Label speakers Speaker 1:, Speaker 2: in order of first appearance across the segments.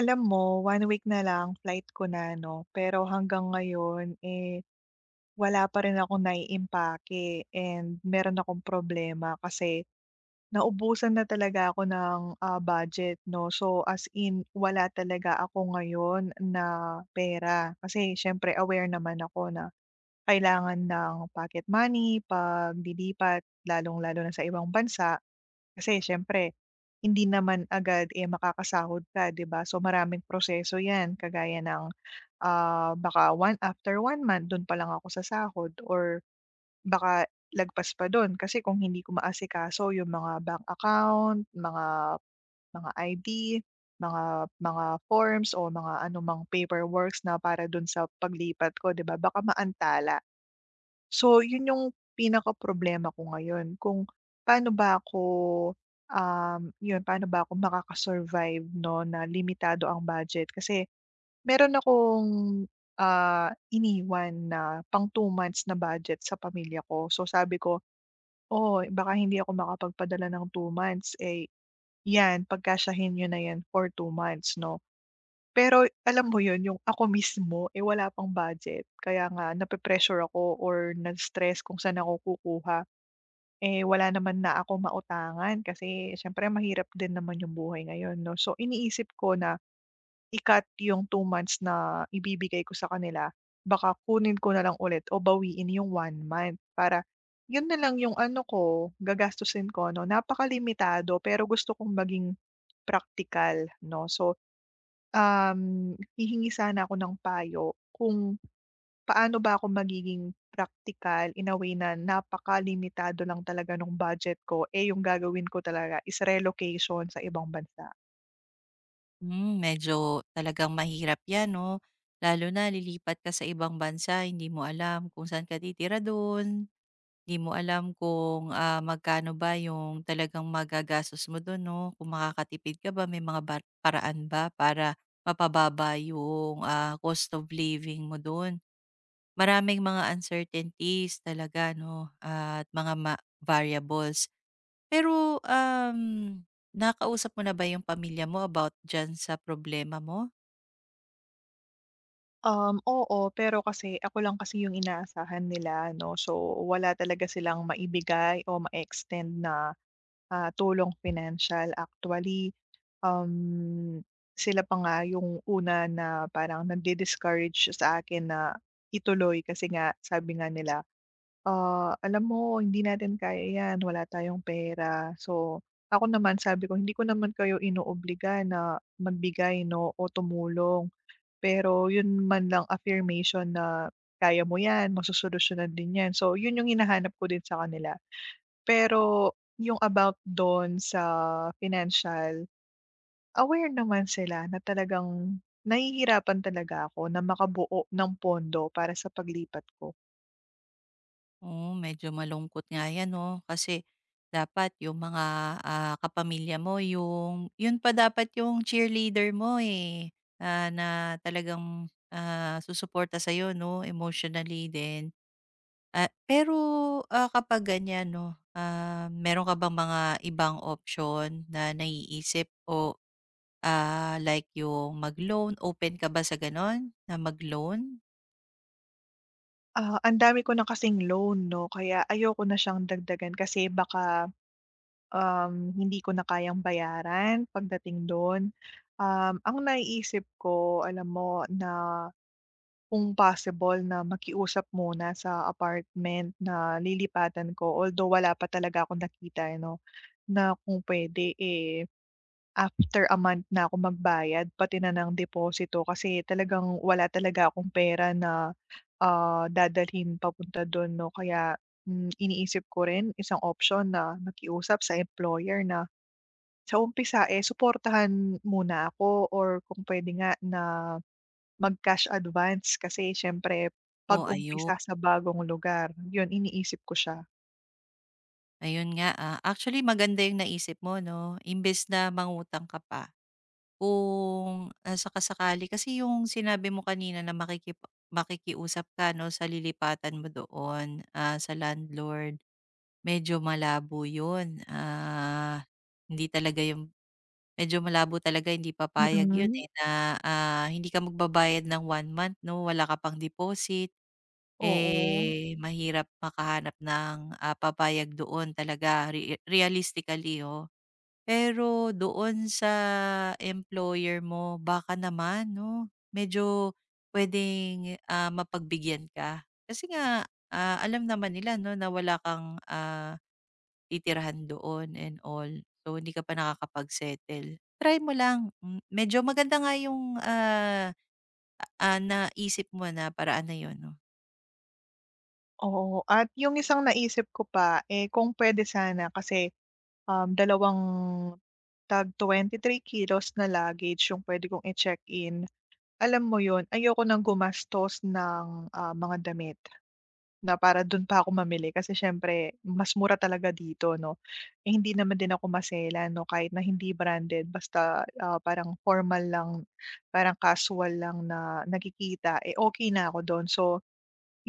Speaker 1: Alam mo, one week na lang flight ko na 'no, pero hanggang ngayon, wala pa rin akong naiimpake and meron akong problema kasi naubusan na talaga ako ng, budget 'no. So, as in wala talaga ako ngayon na pera kasi siyempre aware naman ako na kailangan ng pocket money 'pag lilipat, lalong-lalo na sa ibang bansa. Kasi siyempre, hindi naman agad, makakasahod ka, 'di ba? So, maraming proseso 'yan kagaya ng, baka one after one month do'n pa lang ako sa sahod or baka lagpas pa do'n kasi kung hindi ko maasikaso yung mga bank account, mga ID, mga mga forms o mga anumang paperworks na para do'n sa paglipat ko, 'di ba? Baka maantala. So, yun yung pinaka problema ko ngayon kung paano ba ako, yun paano ba ako makaka-survive 'no, na limitado ang budget. Kasi meron akong, iniwan na pang two months na budget sa pamilya ko. So, sabi ko, "Oh, baka hindi ako makapagpadala ng two months, eh, 'yan pagkasyahin niyo na 'yan for two months," 'no. Pero alam mo yun, yung ako mismo, wala pang budget kaya nga nape-pressure ako or na-stress kung saan ako kukuha. Eh, wala naman na ako mautangan kasi siyempre mahirap din naman yung buhay ngayon 'no. So iniisip ko na ikat yung two months na ibibigay ko sa kanila, baka kunin ko na lang ulit o bawiin yung one month para yun na lang yung ano ko, gagastusin ko 'no. Napakalimitado pero gusto kong maging practical 'no. So hihingi sana ako ng payo kung paano ba ako magiging practical in a way na napakalimitado lang talaga nung budget ko, eh, yung gagawin ko talaga is relocation sa ibang bansa.
Speaker 2: Hmm, medyo talagang mahirap 'yan 'no, lalo na lilipat ka sa ibang bansa, hindi mo alam kung saan ka titira do'n, hindi mo alam kung, magkano ba yung talagang magagastos mo do'n 'no, kung makakatipid ka ba, may mga ba paraan ba para mapababa yung, cost of living mo do'n. Maraming mga uncertainties talaga 'no, at mga variables. Pero, nakausap mo na ba yung pamilya mo about diyan sa problema mo?
Speaker 1: Oo, pero kasi ako lang kasi yung inaasahan nila 'no, so wala talaga silang maibigay o ma-extend na, tulong financial actually. Um, sila pa nga yung una na parang nagdi-discourage sa akin na ituloy kasi nga sabi nga nila, "Ah, alam mo hindi natin kaya 'yan, wala tayong pera." So, ako naman sabi ko, "Hindi ko naman kayo inoobliga na magbigay 'no o tumulong, pero yun man lang affirmation na kaya mo 'yan, masosolusyunan din 'yan." So, yun yung hinahanap ko din sa kanila. Pero yung about do'n sa financial, aware naman sila na talagang nahihirapan talaga ako na makabuo ng pondo para sa paglipat ko.
Speaker 2: Oh, medyo malungkot nga 'yan 'no, kasi dapat yung mga, kapamilya mo yung yun pa dapat yung cheerleader mo, eh, na talagang, susuporta sa'yo 'no, emotionally din. Pero, kapag ganiyan 'no, meron ka bang mga ibang option na naiisip o, like yung mag-loan, open ka ba sa gano'n, na mag-loan?
Speaker 1: Ah, ang dami ko na kasing loan 'no, kaya ayoko na siyang dagdagan kasi baka, hindi ko na kayang bayaran pagdating do'n. Ang naiisip ko alam mo na kung possible na makiusap muna sa apartment na lilipatan ko, although wala pa talaga akong nakita eh, no? Na kung puwede, eh, after a month na ako magbayad pati na ng deposito kasi talagang wala talaga akong pera na, dadalhin papunta dun 'no. Kaya, iniisip ko rin isang option na makiusap sa employer na sa umpisa, eh, suportahan muna ako or kung pwede nga na mag-cash advance kasi siyempre
Speaker 2: Oh, ayun.
Speaker 1: pag-umpisa sa bagong lugar, yun iniisip ko siya.
Speaker 2: Ayun nga, actually maganda yung naisip mo 'no, imbes na mangutang ka pa, kung, saka kasi yung sinabi mo kanina na makikiusap ka 'no sa lilipatan mo doon, sa landlord. Medyo malabo yun, hindi talaga yung medyo malabo talaga hindi papayag yun,
Speaker 1: Mm.
Speaker 2: eh, na, hindi ka magbabayad ng one month 'no, wala ka pang deposit.
Speaker 1: Oo,
Speaker 2: Eh, mahirap makahanap ng, papayag doon talaga realistically, oo. Pero doon sa employer mo baka naman 'no, medyo puwedeng, mapagbigyan ka. Kasi nga, alam naman nila 'no na wala kang, titirahan doon and all. So, hindi ka pa nakakapag-settle. Try mo lang, medyo maganda nga yung, naisip mo na paraan na yun 'no.
Speaker 1: oo. At yung isang naisip ko pa, eh, kung puwede sana kasi dalawang tag 23 kilos na luggage yung puwede kong i-check-in. Alam mo yun, ayoko ng gumastos ng, mga damit na para dun pa ako mamili kasi siyempre mas mura talaga dito 'no. Eh, hindi naman din ako masela 'no, kahit na hindi branded basta, parang formal lang, parang casual lang na nakikita, eh, okey na ako dun. So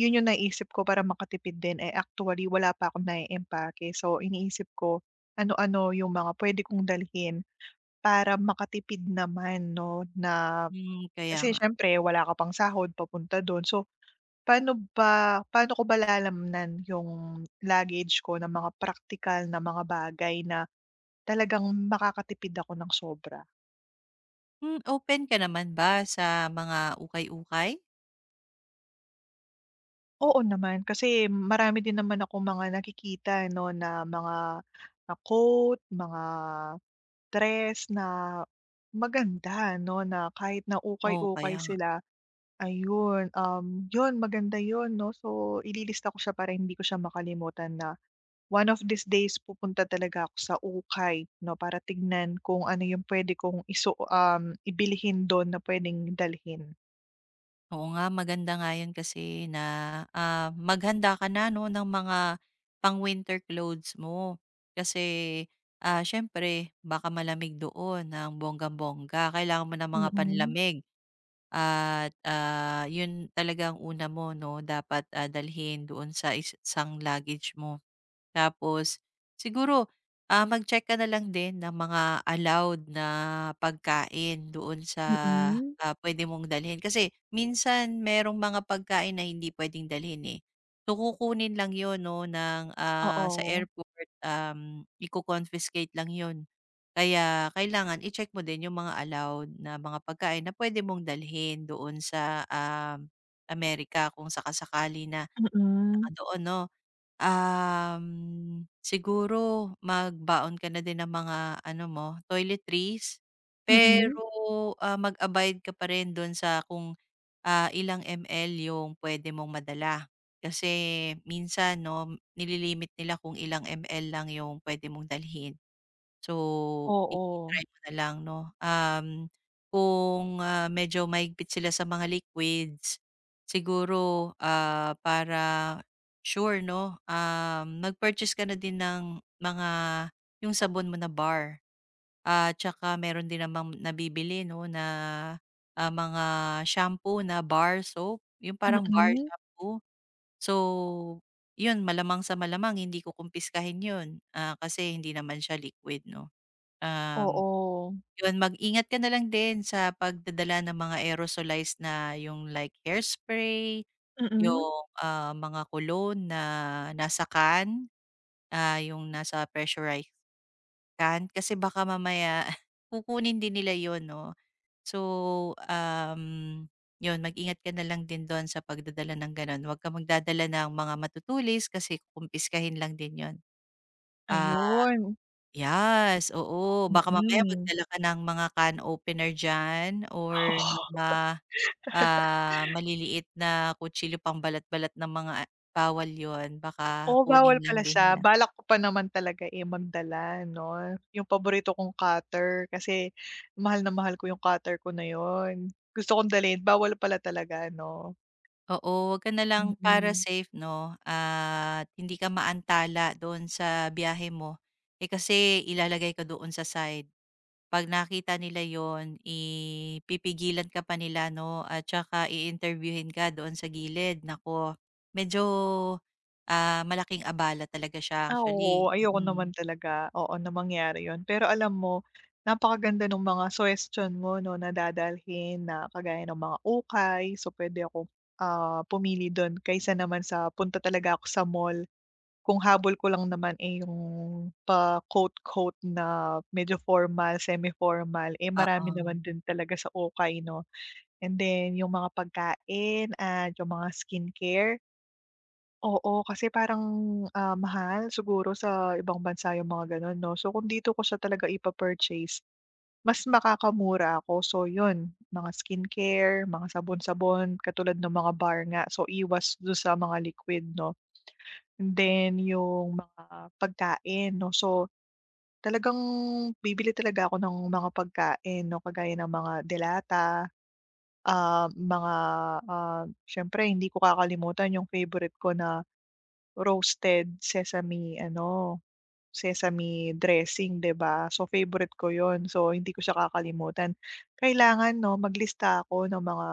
Speaker 1: yun yung naisip ko para makatipid din, eh, actually wala pa akong naiempake. So, iniisip ko ano-ano yung mga pwede kong dalhin para makatipid naman 'no, na
Speaker 2: Hmm, kaya
Speaker 1: kasi
Speaker 2: nga.
Speaker 1: siyempre wala ka pang sahod papunta dun. So, paano ko ba lalaman yung luggage ko ng mga practical na mga bagay na talagang makakatipid ako ng sobra?
Speaker 2: Open ka naman ba sa mga ukay-ukay?
Speaker 1: Oo naman, kasi marami din naman ako mga nakikita 'no, na mga na coat, mga dress na maganda 'no, na kahit na
Speaker 2: Oo,
Speaker 1: ukay-ukay
Speaker 2: kaya nga.
Speaker 1: sila, ayun, 'yun maganda 'yun 'no. So ililista ko siya para hindi ko siya makalimutan na one of these days pupunta talaga ako sa ukay 'no, para tignan kung ano yung pwede kong ibilhin dun na puwedeng dalhin.
Speaker 2: Oo nga, maganda nga yun kasi na, maghanda ka na 'no ng mga pang-winter clothes mo. Kasi, siyempre baka malamig doon ng bonggang-bongga. Kailangan mo ng mga
Speaker 1: Mm,
Speaker 2: panlamig. At, 'yun talagang ang una mo 'no, dapat, dalhin doon sa isang luggage mo. Tapos siguro, mag-check ka na lang din ng mga allowed na pagkain doon sa,
Speaker 1: mm.
Speaker 2: puwede mong dalhin. Kasi minsan merong mga pagkain na hindi puwedeng dalhin, eh. So, kukunin lang yon 'no ng, sa
Speaker 1: Oo,
Speaker 2: airport, iko-confiscate lang yon. Kaya kailangan i-check mo din yung mga allowed na mga pagkain na pwede mong dalhin doon sa, Amerika kung saka-sakali na
Speaker 1: mm,
Speaker 2: naka-doon 'no. Um, Siguro magbaon ka na din ng mga ano mo, toiletries. Pero,
Speaker 1: mm.
Speaker 2: mag-abide ka pa rin dun sa kung, ilang ml yung pwede mong madala. Kasi minsan 'no, nililimit nila kung ilang ml lang yung pwede mong dalhin. So,
Speaker 1: Oo,
Speaker 2: i-try mo na lang 'no, kung, medyo maigpit sila sa mga liquids, siguro, para sure 'no, mag-purchase ka na din ng mga yung sabon mo na bar. At tsaka meron din namang nabibili 'no na, mga shampoo na bar soap, yung parang bar
Speaker 1: mm,
Speaker 2: shampoo. So, yun malamang sa malamang hindi ko kukumpiskahin yun, kasi hindi naman siya liquid 'no. Um,
Speaker 1: oo,
Speaker 2: 'Yun mag-ingat ka na lang din sa pagdadala ng mga aerosolized na yung like hairspray,
Speaker 1: mm.
Speaker 2: yung, mga cologne na nasa can, yung nasa pressurized can kasi baka mamaya kukunin din nila 'yun 'no. So, um, 'yun mag-ingat ka na lang din do'n sa pagdadala ng gano'n, huwag kang magdadala ng mga matutulis kasi kukumpiskahin lang din 'yun. Ah
Speaker 1: Ayun,
Speaker 2: Yes, oo. Baka mamaya
Speaker 1: mm.
Speaker 2: magdala ka ng mga can opener diyan or mga, maliliit na kutsilyo pambalat-balat ng mga bawal 'yun, baka
Speaker 1: Oh, bawal
Speaker 2: kunin lang
Speaker 1: pala
Speaker 2: din
Speaker 1: siya.
Speaker 2: nila.
Speaker 1: Balak ko pa naman talaga, eh, magdala 'no, yung paborito kong cutter kasi mahal na mahal ko yung cutter ko na yun. Gusto kong dalhin, bawal pala talaga 'no?
Speaker 2: Oo, huwag ka na lang para
Speaker 1: Mm.
Speaker 2: safe 'no, at hindi ka maantala doon sa biyahe mo. Eh, kasi ilalagay ka doon sa side. 'Pag nakita nila 'yon, ipipigilan ka pa nila 'no at saka i-interviewhin ka doon sa gilid. Naku, medyo, malaking abala talaga siya
Speaker 1: Ah,
Speaker 2: actually,
Speaker 1: oo, ayoko
Speaker 2: mm.
Speaker 1: naman talaga, oo, na mangyari yun. Pero alam mo, napakaganda ng mga suggestion mo 'no, na dadalhin na kagaya ng mga ukay. So, puwede akong, pumili dun kaysa naman sa punta talaga ako sa mall. Kung habol ko lang naman, eh, yung pa-coat-coat na medyo formal, semi-formal, eh, marami
Speaker 2: Oo,
Speaker 1: naman din talaga sa ukay 'no. And then yung mga pagkain at yung mga skincare, oo, kasi parang, mahal siguro sa ibang bansa yung mga gano'n 'no. So kung dito ko siya talaga ipa-purchase, mas makakamura ako. So yun, mga skincare, mga sabon-sabon, katulad ng mga bar nga, so iwas dun sa mga liquid 'no. Then yung mga pagkain 'no, so talagang bibili talaga ako ng mga pagkain 'no, kagaya ng mga delata, ah, mga, siyempre hindi ko kakalimutan yung favorite ko na roasted sesame ano, sesame dressing 'di ba? So favorite ko yon, so hindi ko siya kakalimutan. Kailangan 'no, maglista ako ng mga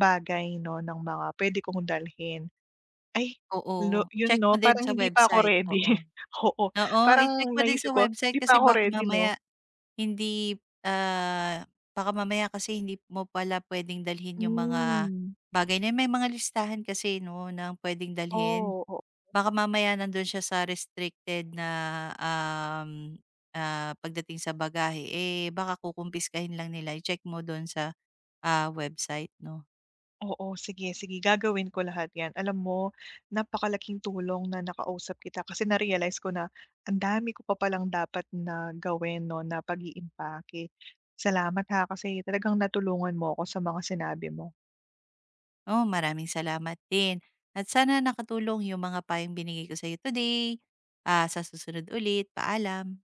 Speaker 1: bagay 'no, ng mga puwede kong dalhin. Ay, lo
Speaker 2: oo,
Speaker 1: 'yun
Speaker 2: check mo
Speaker 1: 'no,
Speaker 2: din
Speaker 1: parang
Speaker 2: sa
Speaker 1: hindi pa ako
Speaker 2: website,
Speaker 1: ready.
Speaker 2: oo.
Speaker 1: Oo,
Speaker 2: Oo, i-check
Speaker 1: parang
Speaker 2: mo din sa
Speaker 1: naisip ko,
Speaker 2: website
Speaker 1: hindi pa
Speaker 2: kasi
Speaker 1: ako
Speaker 2: baka
Speaker 1: ready
Speaker 2: mamaya
Speaker 1: 'no?
Speaker 2: hindi, ah, baka mamaya kasi hindi mo pala puwedeng dalhin yung mga
Speaker 1: Hmm.
Speaker 2: bagay na yun. May mga listahan kasi 'no ng puwedeng dalhin.
Speaker 1: oo
Speaker 2: Baka mamaya nandun siya sa restricted na, um, pagdating sa bagahe, eh, baka kukumpis-kahin lang nila. I-check mo dun sa, website 'no.
Speaker 1: oo, sige, sige gagawin ko lahat 'yan. Alam mo napakalaking tulong na nakausap kita kasi na-realize ko na ang dami ko pa palang dapat na gawin 'no, na pag-iimpake. Salamat ha, kasi talagang natulungan mo ako sa mga sinabi mo.
Speaker 2: Oo, maraming salamat din at sana nakatulong yung mga payong binigay ko sa'yo today. Sa susunod ulit, paalam.